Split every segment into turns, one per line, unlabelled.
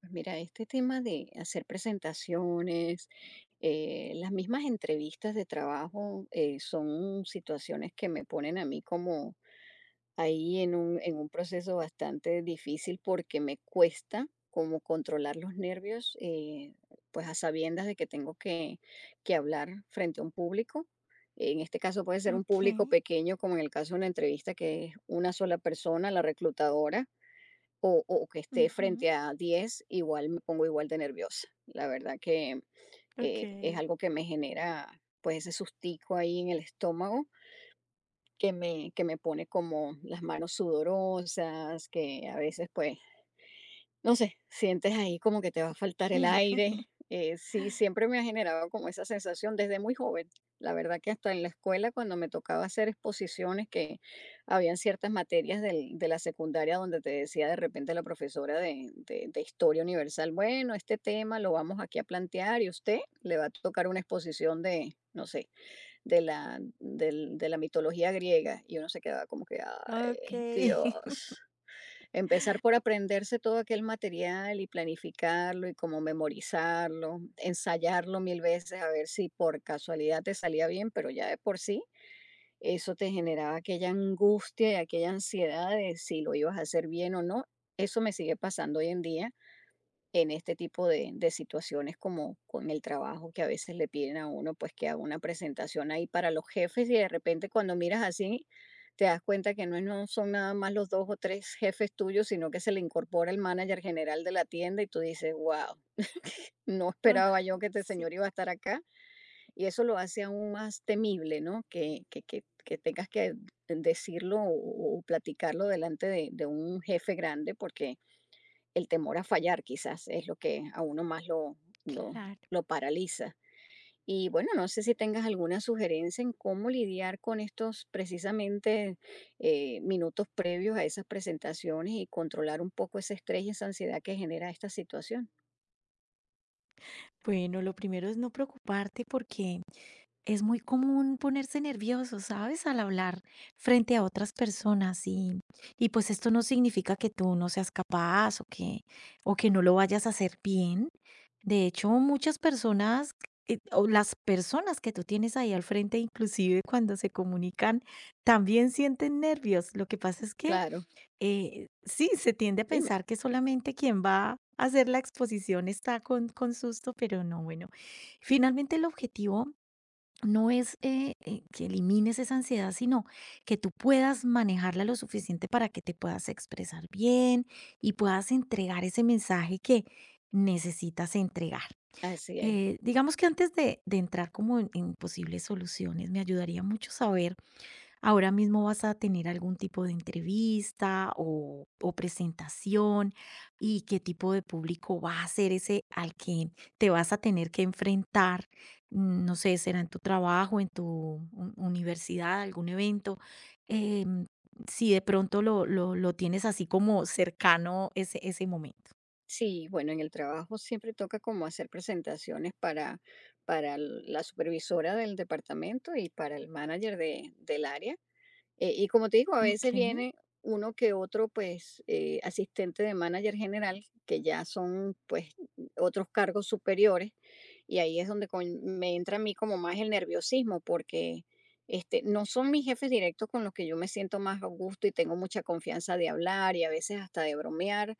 Pues mira, este tema de hacer presentaciones, las mismas entrevistas de trabajo son situaciones que me ponen a mí como ahí en un proceso bastante difícil porque me cuesta como controlar los nervios, pues a sabiendas de que que hablar frente a un público. En este caso puede ser un público
Okay,
pequeño, como en el caso de una entrevista que es una sola persona, la reclutadora o que esté frente
ujú.
a 10 igual me pongo igual de nerviosa. La verdad que es
Okay,
algo que me genera pues ese sustico ahí en el estómago que me pone como las manos sudorosas, que a veces pues no sé, sientes ahí como que te va a faltar el aire. Sí, siempre me ha generado como esa sensación desde muy joven. La verdad que hasta en la escuela, cuando me tocaba hacer exposiciones, que habían ciertas materias de la secundaria donde te decía de repente la profesora de Historia Universal, bueno, este tema lo vamos aquí a plantear y usted le va a tocar una exposición de, no sé, de de la mitología griega. Y uno se quedaba como que, ay,
okay,
Dios. Empezar por aprenderse todo aquel material y planificarlo y como memorizarlo, ensayarlo 1.000 veces a ver si por casualidad te salía bien, pero ya de por sí eso te generaba aquella angustia y aquella ansiedad de si lo ibas a hacer bien o no. Eso me sigue pasando hoy en día en este tipo de situaciones como con el trabajo que a veces le piden a uno, pues que haga una presentación ahí para los jefes y de repente cuando miras así te das cuenta que no, no son nada más los dos o tres jefes tuyos, sino que se le incorpora el manager general de la tienda y tú dices, wow, no
ay,
esperaba yo que este
sí,
señor iba a estar acá. Y eso lo hace aún más temible, ¿no? Que tengas que decirlo o platicarlo delante de un jefe grande porque el temor a fallar quizás es lo que a uno más lo,
claro.
lo paraliza. Y bueno, no sé si tengas alguna sugerencia en cómo lidiar con estos precisamente minutos previos a esas presentaciones y controlar un poco ese estrés y esa ansiedad que genera esta situación.
Bueno, lo primero es no preocuparte porque es muy común ponerse nervioso, ¿sabes? Al hablar frente a otras personas y pues esto no significa que tú no seas capaz o que no lo vayas a hacer bien. De hecho, muchas personas, o las personas que tú tienes ahí al frente, inclusive cuando se comunican, también sienten nervios. Lo que pasa es que
Claro,
sí, se tiende a
dime.
pensar que solamente quien va a hacer la exposición está con susto, pero no, bueno. Finalmente el objetivo no es que elimines esa ansiedad, sino que tú puedas manejarla lo suficiente para que te puedas expresar bien y puedas entregar ese mensaje que necesitas entregar.
Así es.
Digamos que antes de entrar como en posibles soluciones, me ayudaría mucho saber, ahora mismo vas a tener algún tipo de entrevista o presentación y qué tipo de público va a ser ese al que te vas a tener que enfrentar. No sé, será en tu trabajo, en tu universidad, algún evento. Em, si de pronto lo tienes así como cercano ese momento.
Sí, bueno, en el trabajo siempre toca como hacer presentaciones para la supervisora del departamento y para el manager del área. Y como te digo, a veces
Ok.
viene uno que otro, pues, asistente de manager general, que ya son, pues, otros cargos superiores, y ahí es donde me entra a mí como más el nerviosismo, porque este, no son mis jefes directos con los que yo me siento más a gusto y tengo mucha confianza de hablar y a veces hasta de bromear,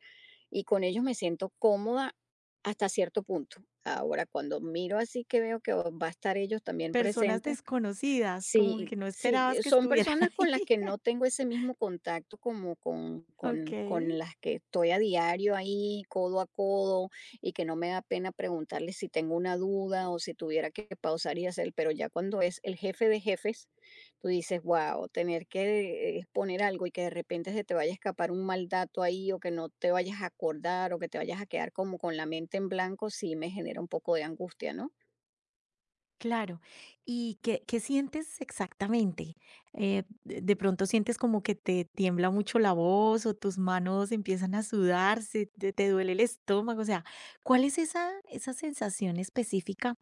y con ellos me siento cómoda hasta cierto punto. Ahora, cuando miro así que veo que va a estar ellos también
Personas
presentes,
desconocidas, como
sí,
que no
sí,
esperabas que
son
estuvieran
personas con las
ahí.
que no tengo ese mismo contacto como con
Okey.
las que estoy a diario ahí, codo a codo, y que no me da pena preguntarles si tengo una duda o si tuviera que pausar y hacer, pero ya cuando es el jefe de jefes, tú dices, wow, tener que exponer algo y que de repente se te vaya a escapar un mal dato ahí o que no te vayas a acordar o que te vayas a quedar como con la mente en blanco, sí me genera un poco de angustia, ¿no?
Claro. ¿Y qué sientes exactamente? De pronto sientes como que te tiembla mucho la voz, o tus manos empiezan a sudar, se te duele el estómago, o sea, ¿cuál es esa sensación específica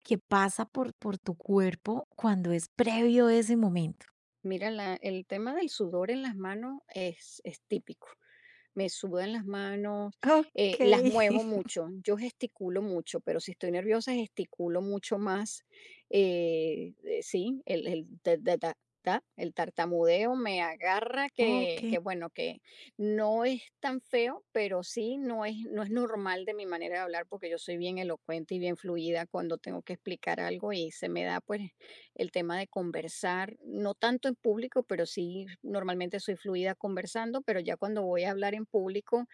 que pasa por tu cuerpo cuando es previo a ese momento?
Mira, el tema del sudor en las manos es típico. Me sudan las manos, las
Okey.
muevo mucho, yo gesticulo mucho, pero si estoy nerviosa gesticulo mucho más. Sí, el el tartamudeo me agarra
Okey.
que bueno, que no es tan feo, pero sí no es normal de mi manera de hablar porque yo soy bien elocuente y bien fluida cuando tengo que explicar algo y se me da pues el tema de conversar, no tanto en público, pero sí normalmente soy fluida conversando, pero ya cuando voy a hablar en público,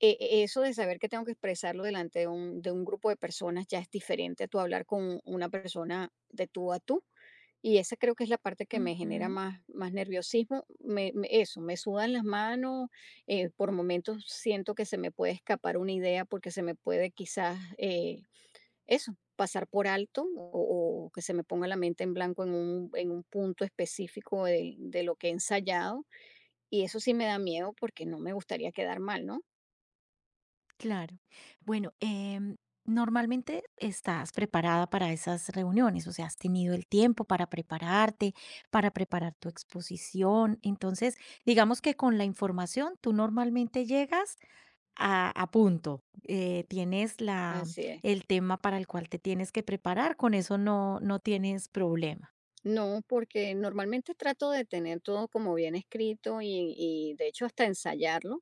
eso de saber que tengo que expresarlo delante de un grupo de personas ya es diferente a tu hablar con una persona de tú a tú. Y esa creo que es la parte que me genera
Ujú.
más, más nerviosismo. Me sudan las manos, por momentos siento que se me puede escapar una idea porque se me puede quizás... eso, pasar por alto o que se me ponga la mente en blanco en un punto específico de lo que he ensayado. Y eso sí me da miedo porque no me gustaría quedar mal, ¿no?
Claro. Bueno, normalmente estás preparada para esas reuniones, o sea, has tenido el tiempo para prepararte, para preparar tu exposición. Entonces, digamos que con la información tú normalmente llegas a punto. Tienes la,
Así es.
el tema para el cual te tienes que preparar, con eso no, no tienes problema.
No, porque normalmente trato de tener todo como bien escrito y de hecho hasta ensayarlo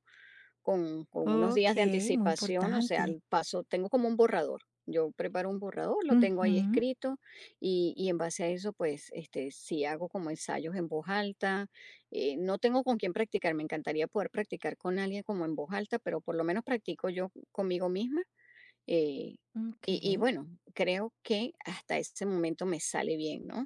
con unos
Ok,
días de
muy
anticipación, o sea,
importante.
al paso, tengo como un borrador. Yo preparo un borrador, lo tengo ahí
Ujú,
escrito y en base a eso, pues, este, sí hago como ensayos en voz alta. No tengo con quién practicar, me encantaría poder practicar con alguien como en voz alta, pero por lo menos practico yo conmigo misma. eh,
ok.
y, y bueno, creo que hasta ese momento me sale bien, ¿no?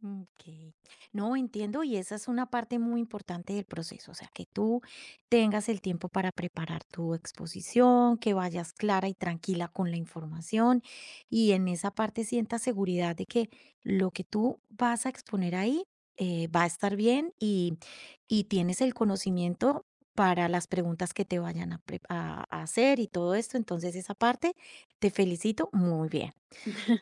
Mm, ok. No, entiendo, y esa es una parte muy importante del proceso, o sea, que tú tengas el tiempo para preparar tu exposición, que vayas clara y tranquila con la información, y en esa parte sientas seguridad de que lo que tú vas a exponer ahí, va a estar bien y tienes el conocimiento para las preguntas que te vayan a pre a hacer y todo esto. Entonces, esa parte, te felicito, muy bien.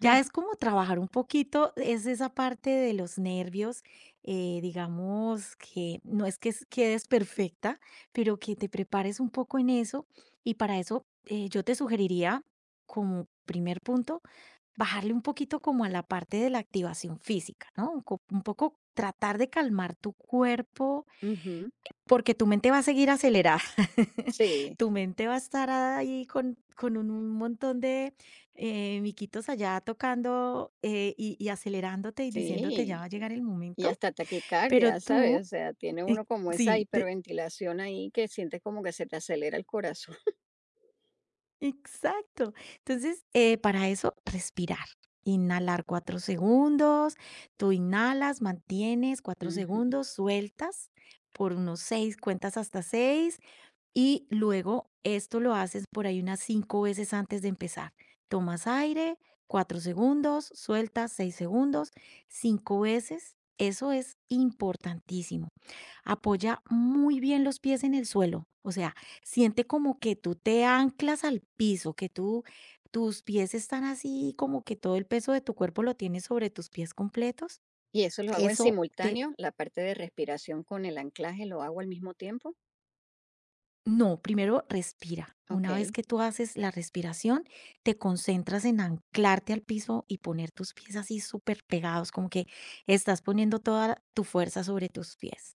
Ya es como trabajar un poquito, es esa parte de los nervios, digamos que no es que quedes perfecta, pero que te prepares un poco en eso y para eso yo te sugeriría como primer punto bajarle un poquito como a la parte de la activación física, ¿no? Un poco tratar de calmar tu cuerpo,
Ujú,
porque tu mente va a seguir acelerada.
sí,
Tu mente va a estar ahí con un montón de, miquitos allá tocando, y acelerándote y diciéndote: "Ya
sí.
va a llegar el
Y
momento",
hasta
pero
taquicardia, ¿sabes? O
tú
sea, tiene
eh,
uno como esa
sí, de
hiperventilación ahí que sientes como que se te acelera el corazón.
exacto. Entonces, para eso, respirar, inhalar 4 segundos, tú inhalas, mantienes cuatro
Ujú.
segundos, sueltas por unos 6, cuentas hasta 6. Y luego esto lo haces por ahí unas 5 veces antes de empezar. Tomas aire, 4 segundos, sueltas 6 segundos, 5 veces. Eso es importantísimo. Apoya muy bien los pies en el suelo. O sea, siente como que tú te anclas al piso, que tú, tus pies están así, como que todo el peso de tu cuerpo lo tienes sobre tus pies completos.
Y eso lo hago en
Eso te...
simultáneo, la parte de respiración con el anclaje lo hago al mismo tiempo.
No, primero respira.
Ok,
Una vez que tú haces la respiración, te concentras en anclarte al piso y poner tus pies así súper pegados, como que estás poniendo toda tu fuerza sobre tus pies.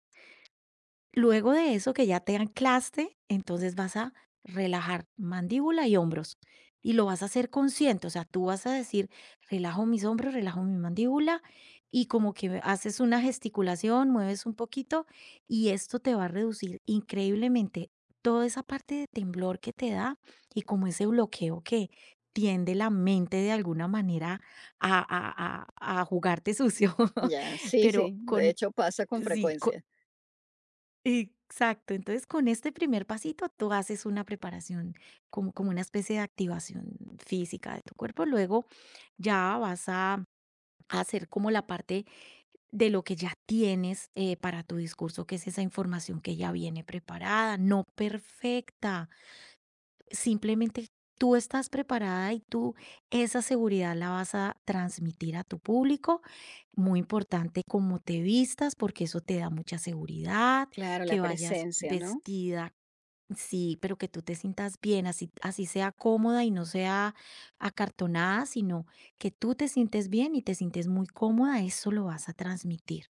Luego de eso que ya te anclaste, entonces vas a relajar mandíbula y hombros y lo vas a hacer consciente, o sea, tú vas a decir, relajo mis hombros, relajo mi mandíbula y como que haces una gesticulación, mueves un poquito y esto te va a reducir increíblemente toda esa parte de temblor que te da y como ese bloqueo que tiende la mente de alguna manera a jugarte sucio,
ya, sí,
pero
sí, de
con,
hecho pasa con
sí.
frecuencia.
Exacto. Entonces, con este primer pasito, tú haces una preparación, como, como una especie de activación física de tu cuerpo. Luego ya vas a hacer como la parte de lo que ya tienes para tu discurso, que es esa información que ya viene preparada, no perfecta. Simplemente tú estás preparada y tú esa seguridad la vas a transmitir a tu público. Muy importante cómo te vistas, porque eso te da mucha seguridad,
Claro, la
que vayas
presencia, ¿no?
vestida, sí, pero que tú te sientas bien, así, así sea cómoda y no sea acartonada, sino que tú te sientes bien y te sientes muy cómoda, eso lo vas a transmitir.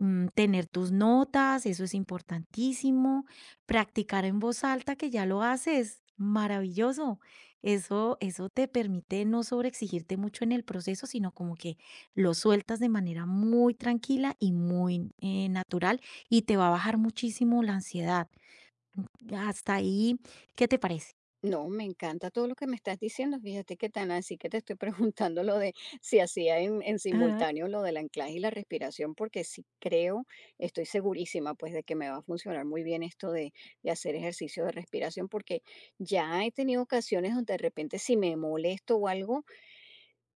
Mm, tener tus notas, eso es importantísimo. Practicar en voz alta, que ya lo haces, maravilloso. Eso te permite no sobreexigirte mucho en el proceso, sino como que lo sueltas de manera muy tranquila y muy natural y te va a bajar muchísimo la ansiedad. Hasta ahí, ¿qué te parece?
No, me encanta todo lo que me estás diciendo. Fíjate que tan así que te estoy preguntando lo de si hacía en simultáneo lo del anclaje y la respiración, porque sí creo, estoy segurísima pues de que me va a funcionar muy bien esto de hacer ejercicio de respiración, porque ya he tenido ocasiones donde de repente si me molesto o algo,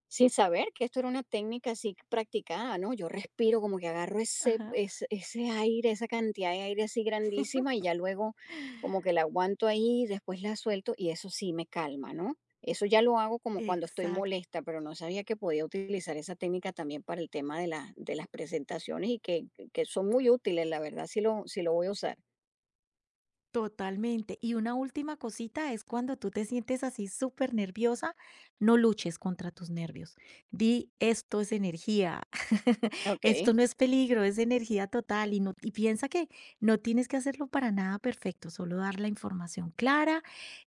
sin saber que esto era una técnica así practicada, ¿no? Yo respiro como que agarro
Ajá.
ese aire, esa cantidad de aire así grandísima y ya luego como que la aguanto ahí, después la suelto y eso sí me calma, ¿no? Eso ya lo hago como cuando estoy
Exacto.
molesta, pero no sabía que podía utilizar esa técnica también para el tema de las presentaciones y que son muy útiles, la verdad, si lo voy a usar.
Totalmente. Y una última cosita es cuando tú te sientes así súper nerviosa, no luches contra tus nervios. Di, esto es energía,
Ok,
esto no es peligro, es energía total y, no, y piensa que no tienes que hacerlo para nada perfecto, solo dar la información clara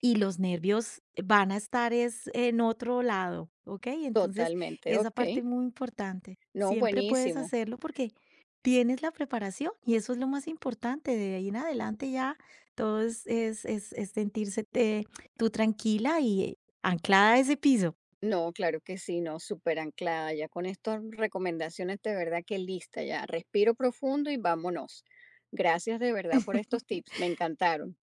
y los nervios van a estar es, en otro lado, ¿ok? Entonces,
totalmente,
esa
ok.
parte muy importante.
No,
Siempre puedes
buenísimo.
hacerlo porque tienes la preparación y eso es lo más importante. De ahí en adelante ya todo es sentirse, tú tranquila y anclada a ese piso.
No, claro que sí, no, súper anclada ya con estas recomendaciones, de verdad que lista ya. Respiro profundo y vámonos. Gracias de verdad por estos tips, me encantaron.